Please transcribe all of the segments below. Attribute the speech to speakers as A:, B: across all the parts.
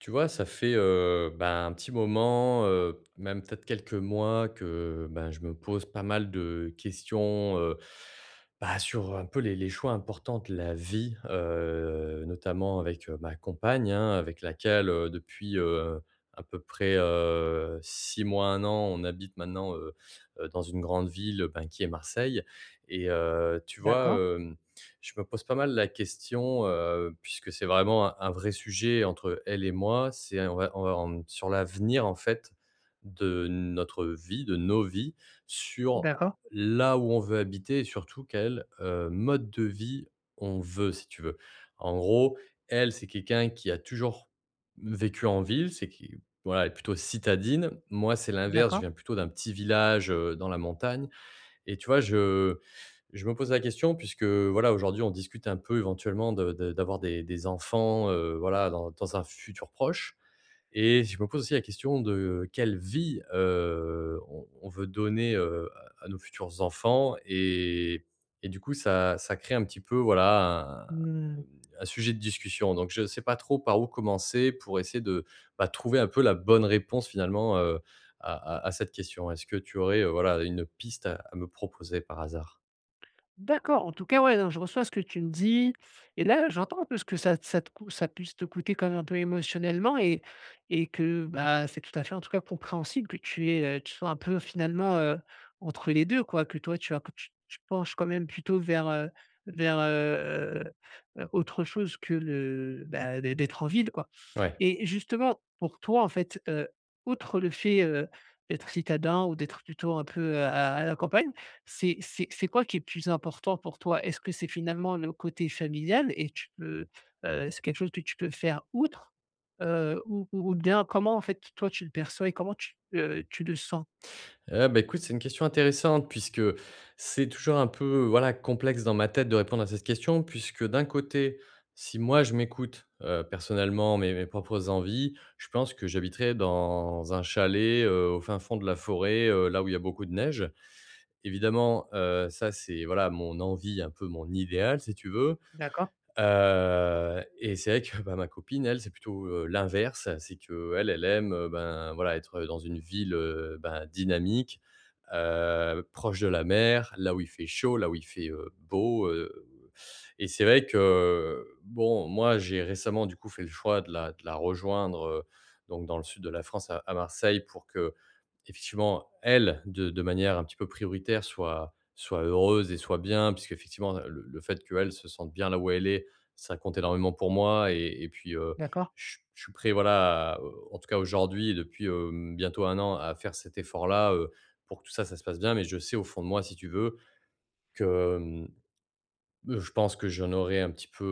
A: Tu vois, ça fait, un petit moment, même peut-être quelques mois que, je me pose pas mal de questions, sur un peu les choix importants de la vie, notamment avec, ma compagne, hein, avec laquelle, depuis, à peu près, 6 mois, un an, on habite maintenant, dans une grande ville, qui est Marseille, et tu vois,
B: D'accord,
A: euh, je me pose pas mal la question, puisque c'est vraiment un vrai sujet entre elle et moi, c'est on va en sur l'avenir, en fait, de notre vie, de nos vies, sur
B: d'accord,
A: là où on veut habiter et surtout quel, mode de vie on veut, si tu veux. En gros, elle, c'est quelqu'un qui a toujours vécu en ville, c'est qui voilà, elle est plutôt citadine. Moi, c'est l'inverse, je
B: d'accord.
A: viens plutôt d'un petit village, dans la montagne et tu vois, je me pose la question puisque, voilà, aujourd'hui, on discute un peu éventuellement de d'avoir des enfants, voilà, dans un futur proche. Et je me pose aussi la question de quelle vie, on veut donner, à nos futurs enfants et du coup ça crée un petit peu voilà
B: Mmh,
A: un, un sujet de discussion. Donc je ne sais pas trop par où commencer pour essayer de, trouver un peu la bonne réponse finalement, à cette question. Est-ce que tu aurais, voilà une piste à me proposer par hasard?
B: d'accord, en tout cas, ouais, non, je reçois ce que tu me dis et là, j'entends un peu ce que ça ça te cou ça puisse te coûter quand même un peu émotionnellement et que, bah, c'est tout à fait, en tout cas, compréhensible que tu aies, tu sois un peu finalement, entre les 2, quoi, que toi, tu as que tu tu penches quand même plutôt vers, vers, heu heu, autre chose que le, bah, d'être en ville, quoi.
A: Ouais.
B: Et justement, pour toi, en fait, outre le fait, d'être citadin ou d'être plutôt un peu, à la campagne, c'est quoi qui est plus important pour toi? Est-ce que c'est finalement le côté familial et tu peux, c'est quelque chose que tu peux faire outre. Ou bien comment en fait toi tu le perçois et comment tu, tu le sens?
A: Eh bah, écoute, c'est une question intéressante puisque c'est toujours un peu, voilà, complexe dans ma tête de répondre à cette question puisque d'un côté, si moi je m'écoute, personnellement mes propres envies, je pense que j'habiterais dans un chalet, au fin fond de la forêt, là où il y a beaucoup de neige. Évidemment, ça c'est, voilà, mon envie, un peu mon idéal si tu veux.
B: D'accord,
A: Et c'est vrai que, bah, ma copine, elle, c'est plutôt, l'inverse. C'est que elle aime, voilà, être dans une ville, dynamique, proche de la mer, là où il fait chaud, là où il fait, beau, et c'est vrai que, bon, moi, j'ai récemment, du coup, fait le choix de la rejoindre, donc dans le sud de la France, à Marseille pour que effectivement, elle, de manière un petit peu prioritaire, soit heureuse et soit bien puisqu'effectivement, le fait qu'elle se sente bien là où elle est, ça compte énormément pour moi et puis,
B: d'accord.
A: je suis prêt, voilà, à en tout cas aujourd'hui, et depuis, bientôt un an, à faire cet effort-là, pour que tout ça, ça se passe bien. Mais je sais au fond de moi, si tu veux, que, je pense que j'en aurais un petit peu,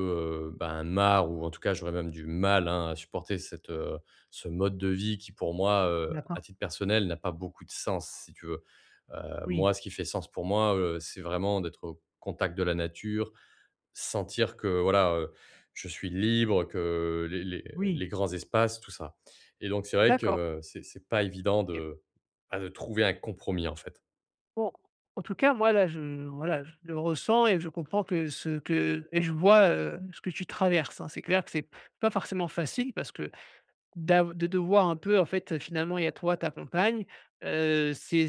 A: marre ou en tout cas, j'aurais même du mal, hein, à supporter cette, ce mode de vie qui pour moi, à
B: D'accord.
A: titre personnel, n'a pas beaucoup de sens, si tu veux. Moi,
B: Oui,
A: ce qui fait sens pour moi, c'est vraiment d'être au contact de la nature, sentir que voilà, je suis libre, que
B: oui,
A: les grands espaces, tout ça et donc c'est vrai que
B: d'accord.
A: c'est pas évident
B: OK.
A: de, de trouver un compromis, en fait.
B: Bon, en tout cas, moi, là, je voilà, je le ressens et je comprends que ce que et je vois, ce que tu traverses, hein. C'est clair que c'est pas forcément facile parce que D'av de devoir un peu, en fait, finalement, il y a toi, ta compagne, heu, c'est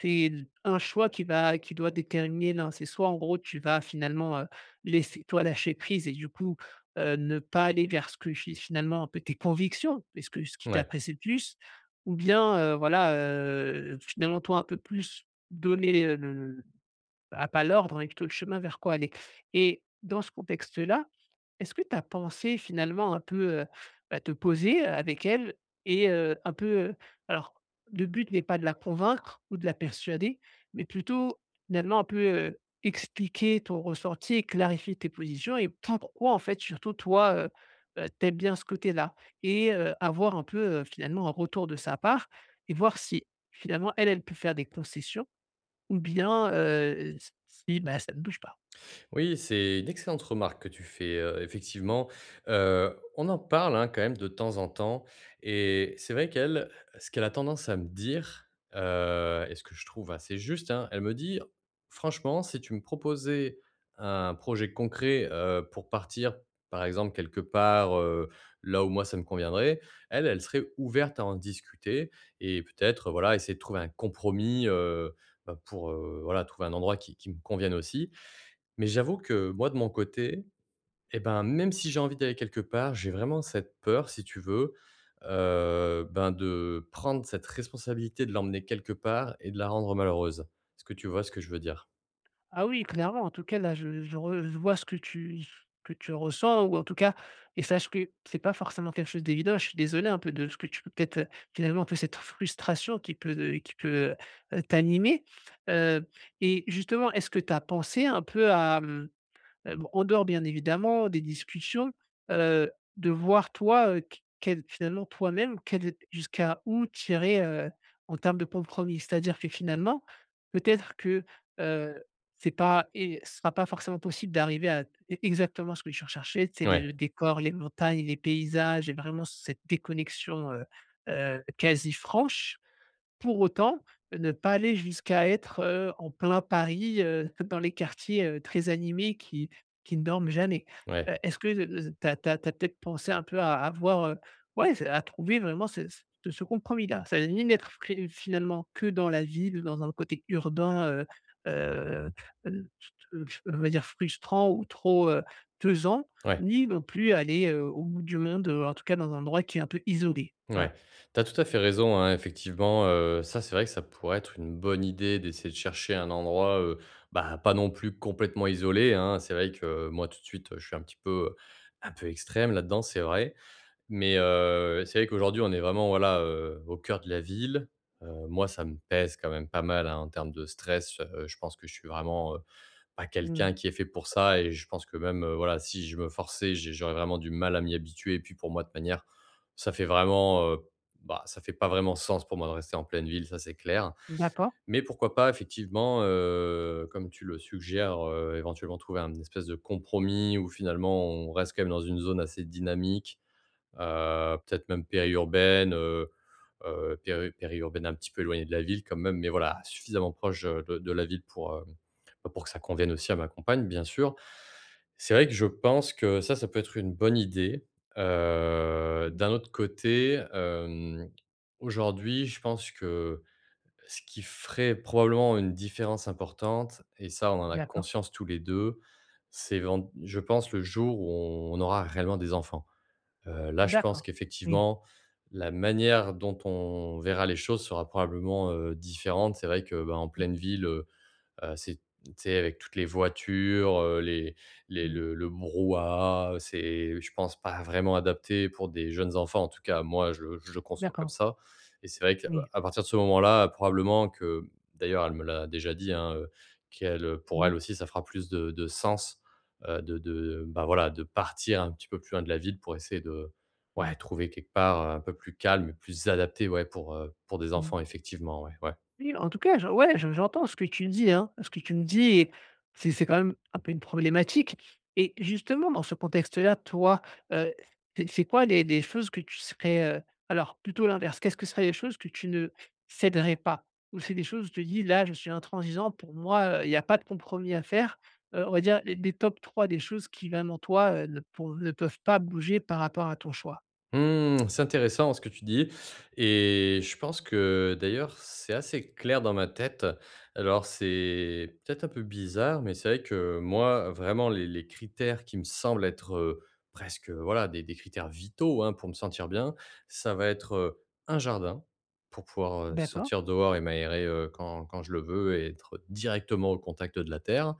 B: c'est un choix qui va qui doit déterminer l'un. C'est soit, en gros, tu vas finalement, laisser toi lâcher prise et du coup, ne pas aller vers ce que fi finalement un peu tes convictions, parce que ce qui
A: Ouais.
B: t'apprécie le plus. Ou bien, voilà, finalement, toi, un peu plus donner, le à pas l'ordre, mais plutôt le chemin vers quoi aller. Et dans ce contexte-là, est-ce que tu as pensé finalement un peu, bah, te poser avec elle et un peu, alors le but n'est pas de la convaincre ou de la persuader, mais plutôt finalement un peu, expliquer ton ressenti et clarifier tes positions et pourquoi en fait surtout toi, tu bien ce côté-là? Et avoir un peu, finalement un retour de sa part et voir si finalement elle, elle peut faire des concessions ou bien, si, bah, ça ne bouge pas.
A: Oui, c'est une excellente remarque que tu fais, effectivement. On en parle, hein, quand même de temps en temps et c'est vrai qu'elle, ce qu'elle a tendance à me dire, et ce que je trouve assez juste, hein, elle me dit: «Franchement, si tu me proposais un projet concret, pour partir, par exemple, quelque part, là où moi ça me conviendrait», elle, elle serait ouverte à en discuter et peut-être, voilà, essayer de trouver un compromis, pour, voilà, trouver un endroit qui me convienne aussi mais j'avoue que moi, de mon côté, et ben, même si j'ai envie d'aller quelque part, j'ai vraiment cette peur, si tu veux, de prendre cette responsabilité de l'emmener quelque part et de la rendre malheureuse. Est-ce que tu vois ce que je veux dire?
B: Ah oui, clairement. En tout cas, là, je re je vois ce que tu ressens ou en tout cas, et sache que c'est pas forcément quelque chose d'évident. Je suis désolé un peu de ce que tu peux peut-être, finalement, un peu cette frustration qui peut, t'animer, heu et justement, est-ce que tu as pensé un peu à, mmh, bon, en dehors bien évidemment des discussions, heu, de voir toi, qu quel finalement toi-même, quel jusqu'à où tirer irais, en termes de compromis? C'est-à-dire que finalement, peut-être que, heu, c'est pas et ce sera pas forcément possible d'arriver à e exactement ce que je recherchais, c'est
A: Ouais,
B: le décor, les montagnes, les paysages et vraiment cette déconnexion, quasi franche. Pour autant, ne pas aller jusqu'à être, en plein Paris, dans les quartiers, très animés qui ne dorment jamais.
A: ouais,
B: Est-ce que tu as peut-être pensé un peu à avoir, voir, ouais, c'est à trouver vraiment ce compromis-là? Ça veut ni n'être fré finalement que dans la ville ou dans un côté urbain, heu heu, on va dire frustrant ou trop, pesant,
A: ouais,
B: ni non plus aller, au bout du monde, en tout cas dans un endroit qui est un peu isolé.
A: ouais.
B: Ah.
A: T'as tout à fait raison, hein, effectivement, ça, c'est vrai que ça pourrait être une bonne idée d'essayer de chercher un endroit, pas non plus complètement isolé, hein. C'est vrai que moi, tout de suite, je suis un petit peu, un peu extrême là-dedans, c'est vrai. Mais c'est vrai qu'aujourd'hui, on est vraiment, voilà, au cœur de la ville. Moi, ça me pèse quand même pas mal, hein, en termes de stress. Je pense que je suis vraiment, pas
B: Mmh.
A: quelqu'un qui est fait pour ça et je pense que même, voilà, si je me forçais, j'aurais vraiment du mal à m'y habituer et puis pour moi, de manière ça fait vraiment, ça fait pas vraiment sens pour moi de rester en pleine ville, ça, c'est clair.
B: D'accord.
A: Mais pourquoi pas effectivement, comme tu le suggères, éventuellement trouver un espèce de compromis où finalement on reste quand même dans une zone assez dynamique. Peut-être même périurbaine, périurbaine un petit peu éloignée de la ville quand même, mais voilà, suffisamment proche, de la ville pour, pour que ça convienne aussi à ma compagne, bien sûr. C'est vrai que je pense que ça peut être une bonne idée.
B: Mmh.
A: D'un autre côté, aujourd'hui, je pense que ce qui ferait probablement une différence importante et ça, on en a
B: D'accord.
A: conscience tous les 2, c'est vend je pense, le jour où on aura réellement des enfants. Là, je pense
B: D'accord. Oui.
A: qu'effectivement, la manière dont on verra les choses sera probablement, différente. C'est vrai que, bah, en
B: Mmh.
A: pleine ville, c'est tu sais, avec toutes les voitures, les
B: Mmh.
A: le brouhaha, c'est je pense pas vraiment adapté pour des jeunes enfants. En tout cas, moi, je le conçois comme
B: D'accord.
A: ça et c'est vrai qu'à
B: Oui.
A: à partir de ce moment-là, probablement que d'ailleurs, elle me l'a déjà dit, hein, qu'elle, pour
B: Mmh.
A: elle aussi, ça fera plus de sens, de, voilà, de partir un petit peu plus loin de la ville pour essayer de, ouais,
B: Mmh.
A: trouver quelque part, un peu plus calme et plus adapté, ouais, pour des
B: Mmh.
A: enfants effectivement, ouais, ouais.
B: Oui, en tout cas, je ouais, je j'entends ce que tu dis, hein. Ce que tu me dis, et c'est quand même un peu une problématique, et justement dans ce contexte-là, toi, heu, c'est quoi les choses que tu serais, alors plutôt l'inverse, qu'est-ce que seraient les choses que tu ne céderais pas? Ou c'est des choses où tu te dis: «Là, je suis intransigeant, pour moi, il n'y a pas de compromis à faire». On va dire les top 3 des choses qui vraiment toi, ne pour ne peuvent pas bouger par rapport à ton choix?
A: Mmh, c'est intéressant ce que tu dis et je pense que d'ailleurs c'est assez clair dans ma tête. Alors c'est peut-être un peu bizarre, mais c'est vrai que moi vraiment les critères qui me semblent être, presque, voilà, des critères vitaux, hein, pour me sentir bien, ça va être, un jardin pour pouvoir,
B: D'accord,
A: sortir dehors et m'aérer, quand je le veux et être directement au contact de la terre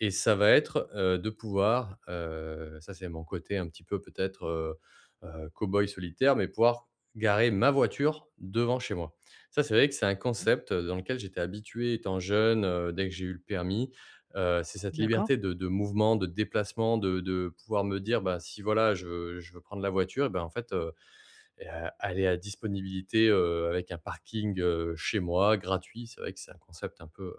A: et ça va être, de pouvoir, ça c'est mon côté un petit peu peut-être, cow-boy solitaire, mais pouvoir garer ma voiture devant chez moi. Ça, c'est vrai que c'est un
B: OK.
A: concept, dans lequel j'étais habitué étant jeune, dès que j'ai eu le permis. C'est cette
B: D'accord,
A: liberté de mouvement, de déplacement, de pouvoir me dire: «Bah, si voilà, je veux prendre la voiture et ben, en fait, et, aller à disponibilité, avec un parking, chez moi gratuit, c'est vrai que c'est un concept un peu,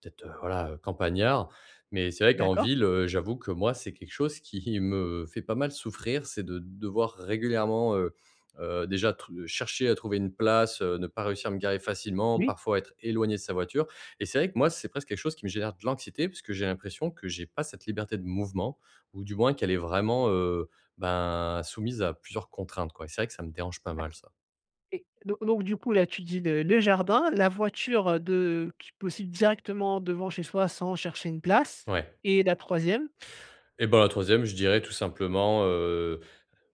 A: peut-être, voilà, campagnard. Mais c'est vrai qu'en
B: d'accord,
A: ville, j'avoue que moi, c'est quelque chose qui me fait pas mal souffrir, c'est de devoir régulièrement, déjà tr chercher à trouver une place, ne pas réussir à me garer facilement,
B: oui.
A: parfois être éloigné de sa voiture. Et c'est vrai que moi, c'est presque quelque chose qui me génère de l'anxiété, parce que j'ai l'impression que j'ai pas cette liberté de mouvement ou du moins qu'elle est vraiment, soumise à plusieurs contraintes, quoi. Et c'est vrai que ça me dérange pas mal ça.
B: Et do donc du coup, là, tu dis le jardin, la voiture, de qui possible directement devant chez soi sans chercher une place,
A: Ouais.
B: et la troisième.
A: Et ben, la troisième je dirais tout simplement,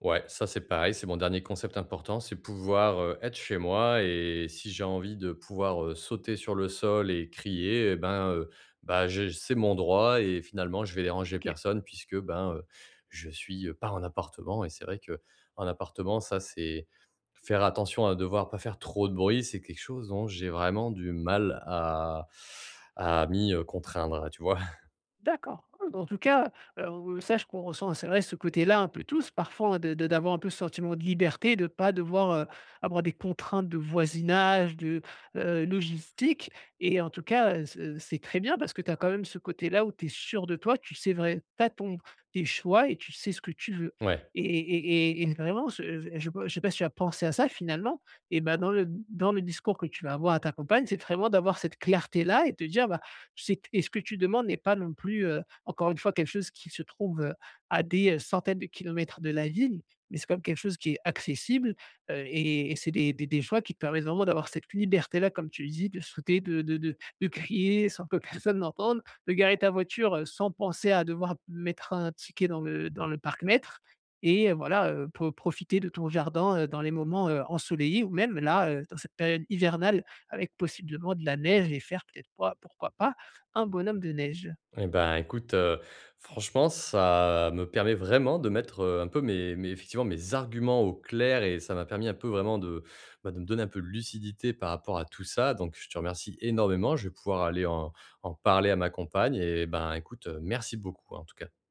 A: ouais, ça c'est pareil, c'est mon dernier concept important, c'est pouvoir, être chez moi et si j'ai envie de pouvoir, sauter sur le sol et crier et ben, j'ai c'est mon droit et finalement je vais déranger
B: OK.
A: personne puisque, je suis, pas en appartement et c'est vrai que en appartement ça c'est faire attention à devoir pas faire trop de bruit, c'est quelque chose dont j'ai vraiment du mal à m'y, contraindre, tu vois?
B: D'accord. Ah, en tout cas, on sache qu'on ressent, c'est vrai, ce côté-là un peu tous, parfois, hein, de d'avoir un peu ce sentiment de liberté, de ne pas devoir, avoir des contraintes de voisinage, de, logistique, et en tout cas, heu, c'est très bien parce que tu as quand même ce côté-là où tu es sûr de toi, tu sais vrai tu as ton tes choix et tu sais ce que tu veux.
A: Ouais.
B: Et vraiment, je sais pas si tu as pensé à ça finalement, et ben dans le discours que tu vas avoir à ta compagne, c'est vraiment d'avoir cette clarté-là et te dire: c'est et ce que tu demandes n'est pas non plus, encore une fois, quelque chose qui se trouve, à des, centaines de kilomètres de la ville, mais c'est quand même quelque chose qui est accessible, et c'est des choix qui te permettent vraiment d'avoir cette liberté-là, comme tu dis, de sauter, de crier sans que personne n'entende, de garer ta voiture, sans penser à devoir mettre un ticket dans le parc-mètre, et voilà, profiter de ton jardin, dans les moments, ensoleillés ou même là, dans cette période hivernale avec possiblement de la neige et faire peut-être, pas pourquoi pas, un bonhomme de neige.
A: Eh ben, écoute, franchement, ça me permet vraiment de mettre, un peu mes effectivement mes arguments au clair et ça m'a permis un peu vraiment de, de me donner un peu de lucidité par rapport à tout ça. Donc je te remercie énormément. Je vais pouvoir aller en parler à ma compagne et ben, écoute, merci beaucoup, hein, en tout cas.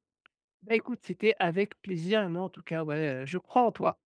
B: Bah, écoute, c'était avec plaisir et moi, en tout cas, ouais, je crois en toi.